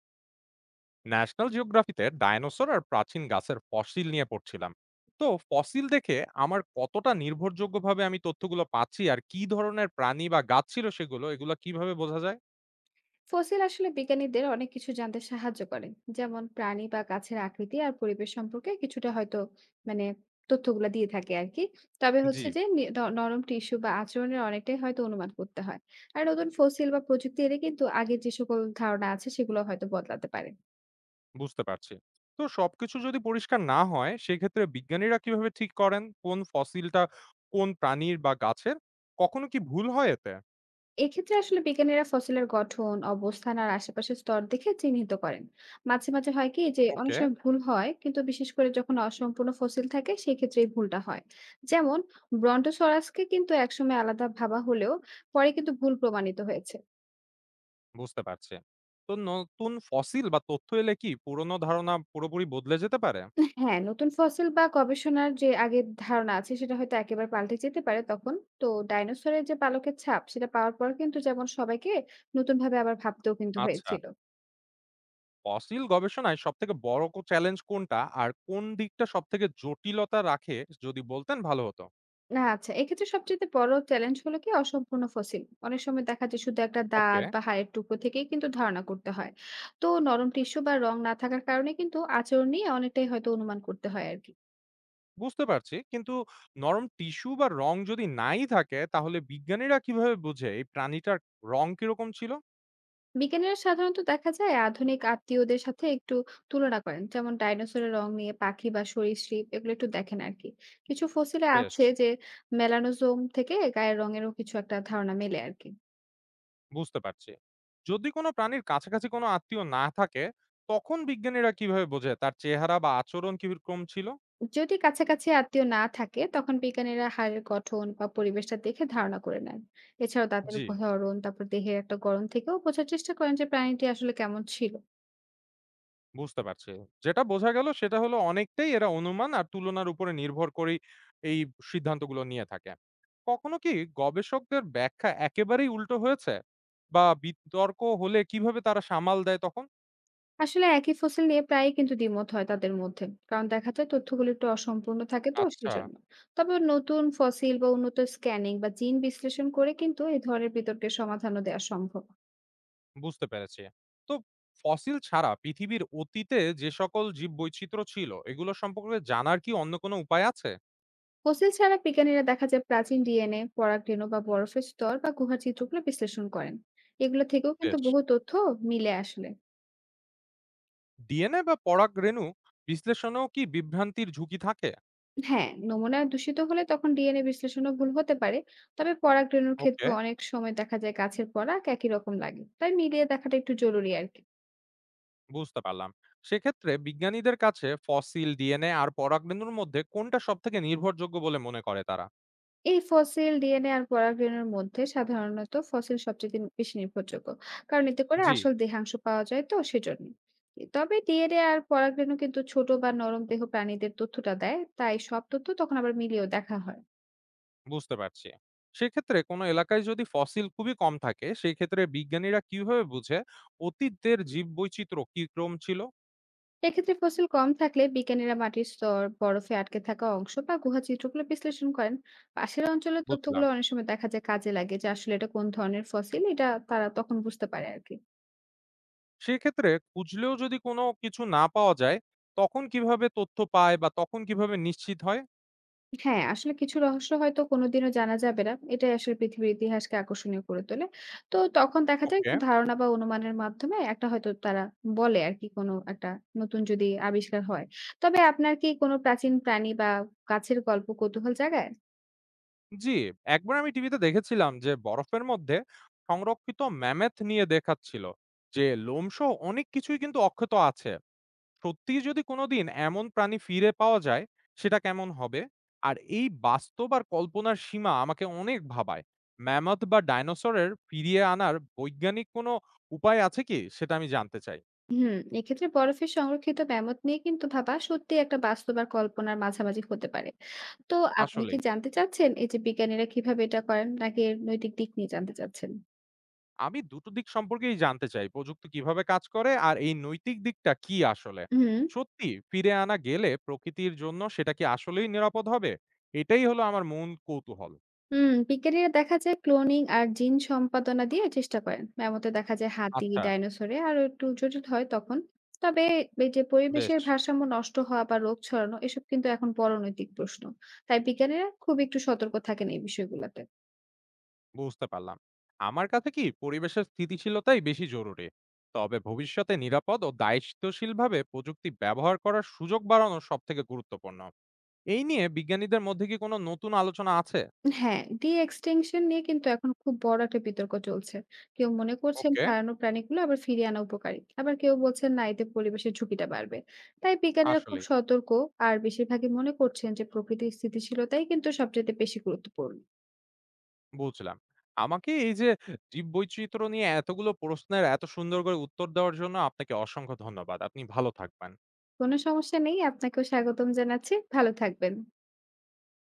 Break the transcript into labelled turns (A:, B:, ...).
A: National জিওগ্রাফিতে dinosaur আর প্রাচীন গাছের fossil নিয়ে পড়ছিলাম। তো ফসিল দেখে আমার কতটা নির্ভরযোগ্যভাবে আমি তথ্যগুলো পাচ্ছি আর কি ধরনের প্রাণী বা গাছ ছিল সেগুলো এগুলো কিভাবে বোঝা যায়?
B: ফসিল আসলে বিজ্ঞানীদের অনেক কিছু জানতে সাহায্য করে যেমন প্রাণী বা গাছের আকৃতি আর পরিবেশ সম্পর্কে কিছুটা হয়তো মানে তথ্যগুলা দিয়ে থাকে আর কি। তবে
A: জি।
B: হচ্ছে যে নরম টিস্যু বা আচরণের অনেকটাই হয়তো অনুমান করতে হয়। আর নতুন ফসিল বা প্রযুক্তি এলে কিন্তু আগের যে সকল ধারণা আছে সেগুলো হয়তো বদলাতে পারে।
A: বুঝতে পারছি। তো সবকিছু যদি পরিষ্কার না হয় সেক্ষেত্রে বিজ্ঞানীরা কিভাবে ঠিক করেন কোন ফসিলটা কোন প্রাণীর বা গাছের? কখনো কি ভুল হয় এতে?
B: এক্ষেত্রে আসলে বিজ্ঞানীরা ফসিলের গঠন, অবস্থান আর আশেপাশের স্তর দেখে চিহ্নিত করেন। মাঝে, মাঝে হয় কি যে অনেক
A: ওকে।
B: সময় ভুল হয় কিন্তু বিশেষ করে যখন অসম্পূর্ণ ফসিল থাকে সেই ক্ষেত্রে এই ভুলটা হয়। যেমন ব্রন্টোসরাসকে কিন্তু একসময় আলাদা ভাবা হলেও পরে কিন্তু ভুল প্রমাণিত হয়েছে।
A: বুঝতে পারছি। তো নতুন ফসিল বা তথ্য এলে কি পুরনো ধারণা পুরোপুরি বদলে যেতে পারে?
B: হ্যাঁ, নতুন ফসিল বা গবেষণার যে আগের ধারণা আছে সেটা হয়তো একেবারে পাল্টে যেতে পারে তখন। তো ডাইনোসরের যে পালকের ছাপ সেটা পাওয়ার পর কিন্তু যেমন সবাইকে নতুনভাবে আবার ভাবতেও কিন্তু
A: আচ্ছা,
B: হয়েছিল।
A: ফসিল গবেষণায় সবথেকে বড় চ্যালেঞ্জ কোনটা? আর কোন দিকটা সবথেকে জটিলতা রাখে যদি বলতেন ভালো হতো।
B: না আচ্ছা, এক্ষেত্রে সবচাইতে বড় চ্যালেঞ্জ হলো কি অসম্পূর্ণ ফসিল। অনেক সময় দেখা যায় শুধু একটা
A: ওকে,
B: দাঁত বা হাড়ের টুকরো থেকেই কিন্তু ধারণা করতে হয়। তো নরম টিস্যু বা রং না থাকার কারণে কিন্তু আচরণ নিয়ে অনেকটাই হয়তো অনুমান করতে হয় আরকি।
A: বুঝতে পারছি। কিন্তু নরম টিস্যু বা রং যদি নাই থাকে তাহলে বিজ্ঞানীরা কিভাবে বুঝে এই প্রাণীটার রং কিরকম ছিল?
B: বিজ্ঞানীরা সাধারণত দেখা যায় আধুনিক আত্মীয়দের সাথে একটু তুলনা করেন। যেমন ডাইনোসরের রং নিয়ে পাখি বা সরীসৃপ এগুলো একটু দেখেন আরকি। কিছু ফসিলে
A: বেশ,
B: আছে যে মেলানোজোম থেকে গায়ের রঙেরও কিছু একটা ধারণা মেলে আরকি।
A: বুঝতে পারছি। যদি কোনো প্রাণীর কাছাকাছি কোনো আত্মীয় না থাকে তখন বিজ্ঞানীরা কিভাবে বোঝে তার চেহারা বা আচরণ কিরকম ছিল?
B: যদি কাছাকাছি আত্মীয় না থাকে তখন বিজ্ঞানীরা হাড়ের গঠন বা পরিবেশটা দেখে ধারণা করে নেন। এছাড়াও দাঁতের
A: জি।
B: ধরন তারপর দেহের একটা গড়ন থেকেও বোঝার চেষ্টা করেন যে প্রাণীটি আসলে কেমন ছিল।
A: বুঝতে পারছি। যেটা বোঝা গেল সেটা হলো অনেকটাই এরা অনুমান আর তুলনার উপরে নির্ভর করেই এই সিদ্ধান্তগুলো নিয়ে থাকে। কখনো কি গবেষকদের ব্যাখ্যা একেবারেই উল্টো হয়েছে? বা বিতর্ক হলে কিভাবে তারা সামাল দেয় তখন?
B: আসলে একই ফসিল নিয়ে প্রায়ই কিন্তু দ্বিমত হয় তাদের মধ্যে, কারণ দেখা যায় তথ্যগুলো একটু অসম্পূর্ণ থাকে তো
A: আচ্ছা,
B: সেজন্য। তবে নতুন ফসিল বা উন্নত স্ক্যানিং বা জিন বিশ্লেষণ করে কিন্তু এই ধরনের বিতর্কের সমাধানও দেওয়া সম্ভব।
A: বুঝতে পেরেছি। তো ফসিল ছাড়া পৃথিবীর অতীতে যে সকল জীববৈচিত্র্য ছিল এগুলো সম্পর্কে জানার কি অন্য কোনো উপায় আছে?
B: ফসিল ছাড়া বিজ্ঞানীরা দেখা যায় প্রাচীন ডিএনএ, পরাগরেণু বা বরফের স্তর বা গুহার চিত্রগুলো বিশ্লেষণ করেন। এগুলো থেকেও কিন্তু
A: বেশ।
B: বহু তথ্য মিলে আসলে।
A: ডিএনএ বা পরাগরেণু বিশ্লেষণেও কি বিভ্রান্তির ঝুঁকি থাকে?
B: হ্যাঁ, নমুনা দূষিত হলে তখন ডিএনএ বিশ্লেষণও ভুল হতে পারে। তবে পরাগরেণুর ক্ষেত্রে
A: ওকে।
B: অনেক সময় দেখা যায় গাছের পরাগ একই রকম লাগে। তাই মিলিয়ে দেখাটা একটু জরুরি আর কি।
A: বুঝতে পারলাম। সেক্ষেত্রে বিজ্ঞানীদের কাছে ফসিল ডিএনএ আর পরাগরেণুর মধ্যে কোনটা সব থেকে নির্ভরযোগ্য বলে মনে করে তারা?
B: এই ফসিল, ডিএনএ আর পরাগরেণুর মধ্যে সাধারণত ফসিল সবচেয়ে দিন বেশি নির্ভরযোগ্য। কারণ এতে করে
A: জি।
B: আসল দেহাংশ পাওয়া যায় তো সেজন্য। তবে ডিএনএ আর পরাগরেণু কিন্তু ছোট বা নরম দেহ প্রাণীদের তথ্যটা দেয়, তাই সব তথ্য তখন আবার মিলিয়েও দেখা হয়।
A: বুঝতে পারছি। সেক্ষেত্রে কোনো এলাকায় যদি ফসিল খুবই কম থাকে সেই ক্ষেত্রে বিজ্ঞানীরা কিভাবে বুঝে অতীতের জীব বৈচিত্র্য কি ক্রম ছিল?
B: এক্ষেত্রে ফসিল কম থাকলে বিজ্ঞানীরা মাটির স্তর, বরফে আটকে থাকা অংশ বা গুহা চিত্রগুলো বিশ্লেষণ করেন। পাশের অঞ্চলের
A: বুঝলাম।
B: তথ্যগুলো অনেক সময় দেখা যায় কাজে লাগে যে আসলে এটা কোন ধরনের ফসিল এটা তারা তখন বুঝতে পারে আরকি।
A: সেক্ষেত্রে খুঁজলেও যদি কোনো কিছু না পাওয়া যায় তখন কিভাবে তথ্য পায় বা তখন কিভাবে নিশ্চিত হয়?
B: হ্যাঁ, আসলে কিছু রহস্য হয়তো কোনোদিনও জানা যাবে না। এটাই আসলে পৃথিবীর ইতিহাসকে আকর্ষণীয় করে তোলে। তো তখন দেখা যায়
A: ওকে।
B: একটু ধারণা বা অনুমানের মাধ্যমে একটা হয়তো তারা বলে আরকি কোনো একটা নতুন যদি আবিষ্কার হয়। তবে আপনার কি কোনো প্রাচীন প্রাণী বা গাছের গল্প কৌতূহল জাগায়?
A: জি, একবার আমি টিভিতে দেখেছিলাম যে বরফের মধ্যে সংরক্ষিত ম্যামথ নিয়ে দেখাচ্ছিল যে লোমসহ অনেক কিছুই কিন্তু অক্ষত আছে। সত্যি যদি কোনোদিন এমন প্রাণী ফিরে পাওয়া যায় সেটা কেমন হবে? আর এই বাস্তব আর কল্পনার সীমা আমাকে অনেক ভাবায়। ম্যামথ বা ডাইনোসরের ফিরিয়ে আনার বৈজ্ঞানিক কোনো উপায় আছে কি সেটা আমি জানতে চাই।
B: হুম, এক্ষেত্রে বরফে সংরক্ষিত ম্যামথ নিয়ে কিন্তু ভাবা সত্যিই একটা বাস্তব আর কল্পনার মাঝামাঝি হতে পারে। তো আপনি কি
A: আসলেই
B: জানতে চাচ্ছেন এই যে বিজ্ঞানীরা কিভাবে এটা করেন? নাকি এর নৈতিক দিক নিয়ে জানতে চাচ্ছেন?
A: আমি দুটো দিক সম্পর্কেই জানতে চাই। প্রযুক্তি কিভাবে কাজ করে আর এই নৈতিক দিকটা কি আসলে?
B: হুম।
A: সত্যি ফিরে আনা গেলে প্রকৃতির জন্য সেটা কি আসলেই নিরাপদ হবে? এটাই হলো আমার মূল কৌতূহল।
B: বিজ্ঞানীরা দেখা যায় ক্লোনিং আর জিন সম্পাদনা দিয়ে চেষ্টা করেন এমতে দেখা যায় হাতি
A: আচ্ছা,
B: ডাইনোসরে আরো একটু জটিল হয় তখন। তবে এই যে
A: বেশ
B: পরিবেশের ভারসাম্য নষ্ট হওয়া বা রোগ ছড়ানো এসব কিন্তু এখন বড় নৈতিক প্রশ্ন। তাই বিজ্ঞানীরা খুব একটু সতর্ক থাকেন এই বিষয়গুলোতে।
A: বুঝতে পারলাম। আমার কাছে কি পরিবেশের স্থিতিশীলতাই বেশি জরুরি। তবে ভবিষ্যতে নিরাপদ ও দায়িত্বশীলভাবে প্রযুক্তি ব্যবহার করার সুযোগ বাড়ানো সবথেকে গুরুত্বপূর্ণ। এই নিয়ে বিজ্ঞানীদের মধ্যে কি কোনো নতুন আলোচনা আছে?
B: হ্যাঁ, ডি-এক্সটিংশন নিয়ে কিন্তু এখন খুব বড় একটা বিতর্ক চলছে। কেউ মনে করছেন
A: ওকে,
B: হারানো প্রাণীগুলো আবার ফিরিয়ে আনা উপকারী। আবার কেউ বলছেন না, এতে পরিবেশের ঝুঁকিটা বাড়বে। তাই বিজ্ঞানীরা খুব
A: আসলেই।
B: সতর্ক। আর বেশিরভাগই মনে করছেন যে প্রকৃতির স্থিতিশীলতাই কিন্তু সবচাইতে বেশি গুরুত্বপূর্ণ।
A: বুঝলাম। আমাকে এই যে জীববৈচিত্র্য নিয়ে এতগুলো প্রশ্নের এত সুন্দর করে উত্তর দেওয়ার জন্য আপনাকে অসংখ্য ধন্যবাদ। আপনি ভালো থাকবেন।
B: কোনো সমস্যা নেই। আপনাকেও স্বাগতম জানাচ্ছি। ভালো থাকবেন।